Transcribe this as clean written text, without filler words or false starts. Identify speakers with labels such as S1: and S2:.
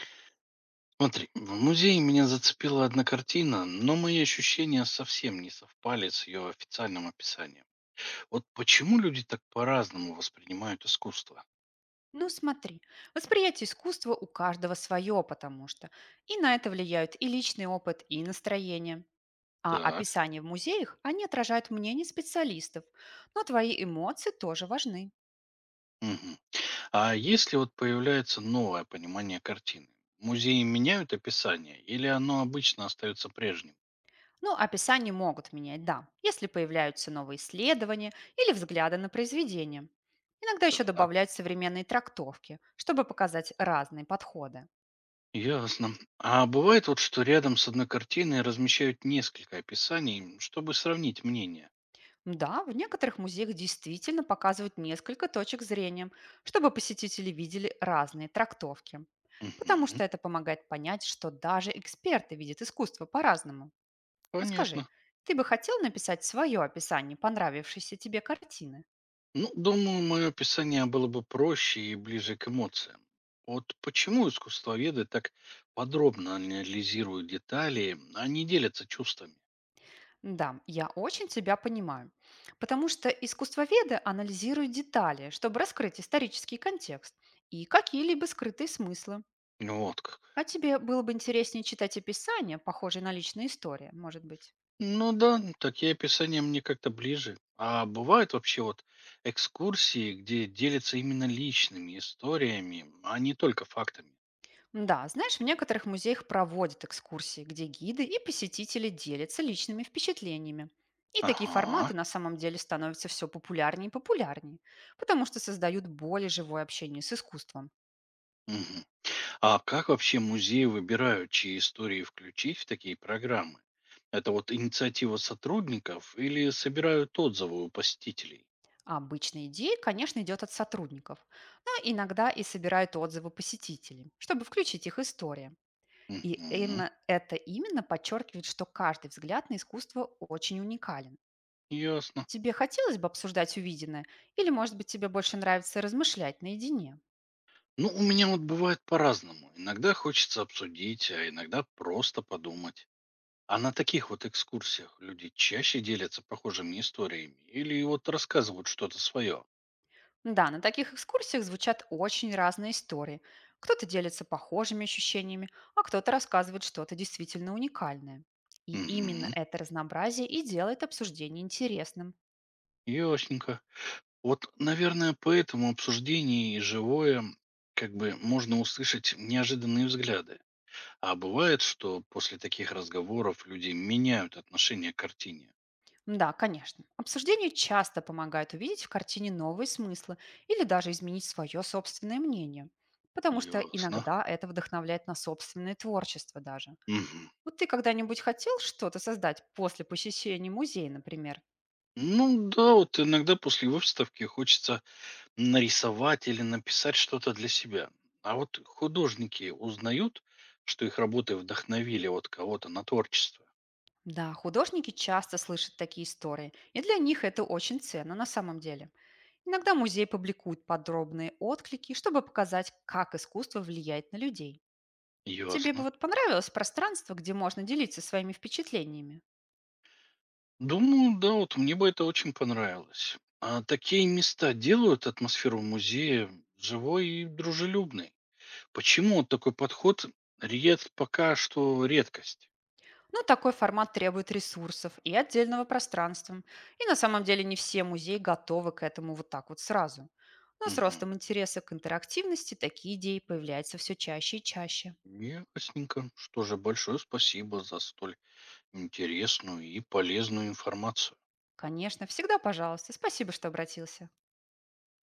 S1: Смотри, в музее меня зацепила одна картина, но мои ощущения совсем не совпали с ее официальным описанием. Вот почему люди так по-разному воспринимают искусство?
S2: Ну смотри, восприятие искусства у каждого свое, потому что и на это влияют и личный опыт, и настроение. А
S1: Так.
S2: описания в музеях, они отражают мнение специалистов, но твои эмоции тоже важны.
S1: Мгм. А если вот появляется новое понимание картины, музеи меняют описание или оно обычно остается прежним?
S2: Ну, описания могут менять, да, если появляются новые исследования или взгляды на произведение. Иногда еще
S1: Так.
S2: добавляют современные трактовки, чтобы показать разные подходы.
S1: Ясно. А бывает вот, что рядом с одной картиной размещают несколько описаний, чтобы сравнить мнение?
S2: Да, в некоторых музеях действительно показывают несколько точек зрения, чтобы посетители видели разные трактовки. Потому
S1: Мгм.
S2: что это помогает понять, что даже эксперты видят искусство по-разному. Вот скажи,
S1: Понятно.
S2: ты бы хотел написать свое описание понравившейся тебе картины?
S1: Ну, думаю, мое описание было бы проще и ближе к эмоциям. Вот почему искусствоведы так подробно анализируют детали, а не делятся чувствами?
S2: Да, я очень тебя понимаю. Потому что искусствоведы анализируют детали, чтобы раскрыть исторический контекст и какие-либо скрытые смыслы.
S1: Вот как.
S2: А тебе было бы интереснее читать описание, похожее на личные истории, может быть?
S1: Ну да, такие описания мне как-то ближе. А бывают вообще вот экскурсии, где делятся именно личными историями, а не только фактами.
S2: Да, знаешь, в некоторых музеях проводят экскурсии, где гиды и посетители делятся личными впечатлениями. И такие
S1: Ага.
S2: форматы на самом деле становятся все популярнее и популярнее, потому что создают более живое общение с искусством.
S1: Мгм. А как вообще музеи выбирают, чьи истории включить в такие программы? Это вот инициатива сотрудников или собирают отзывы у посетителей?
S2: А обычная идея, конечно, идет от сотрудников, но иногда и собирают отзывы посетителей, чтобы включить их история. И им
S1: Угу,
S2: это именно подчеркивает, что каждый взгляд на искусство очень уникален.
S1: ясно.
S2: Тебе хотелось бы обсуждать увиденное? Или, может быть, тебе больше нравится размышлять наедине?
S1: Ну, у меня вот бывает по-разному. Иногда хочется обсудить, а иногда просто подумать. А на таких вот экскурсиях люди чаще делятся похожими историями или вот рассказывают что-то свое?
S2: Да, на таких экскурсиях звучат очень разные истории. Кто-то делится похожими ощущениями, а кто-то рассказывает что-то действительно уникальное. И именно
S1: Угу,
S2: это разнообразие и делает обсуждение интересным.
S1: ясненько. Вот, наверное, поэтому обсуждение и живое, как бы можно услышать неожиданные взгляды. А бывает, что после таких разговоров люди меняют отношение к картине.
S2: Да, конечно. Обсуждение часто помогает увидеть в картине новые смыслы или даже изменить свое собственное мнение, потому что
S1: Ясно.
S2: иногда это вдохновляет на собственное творчество даже.
S1: Мгм.
S2: Вот ты когда-нибудь хотел что-то создать после посещения музея, например?
S1: Ну да, вот иногда после выставки хочется нарисовать или написать что-то для себя. А вот художники узнают, что их работы вдохновили вот кого-то на творчество.
S2: Да, художники часто слышат такие истории, и для них это очень ценно на самом деле. Иногда музей публикует подробные отклики, чтобы показать, как искусство влияет на людей. Тебе бы
S1: Ясно.
S2: вот понравилось пространство, где можно делиться своими впечатлениями?
S1: Думаю, да, вот мне бы это очень понравилось. А такие места делают атмосферу музея живой и дружелюбной. Почему вот такой подход ред пока что редкость?
S2: Но такой формат требует ресурсов и отдельного пространства. И на самом деле не все музеи готовы к этому вот так вот сразу. Но с
S1: Мгм.
S2: ростом интереса к интерактивности такие идеи появляются все чаще и чаще.
S1: Ясненько. Что же, большое спасибо за столь интересную и полезную информацию.
S2: Конечно, всегда пожалуйста. Спасибо, что обратился.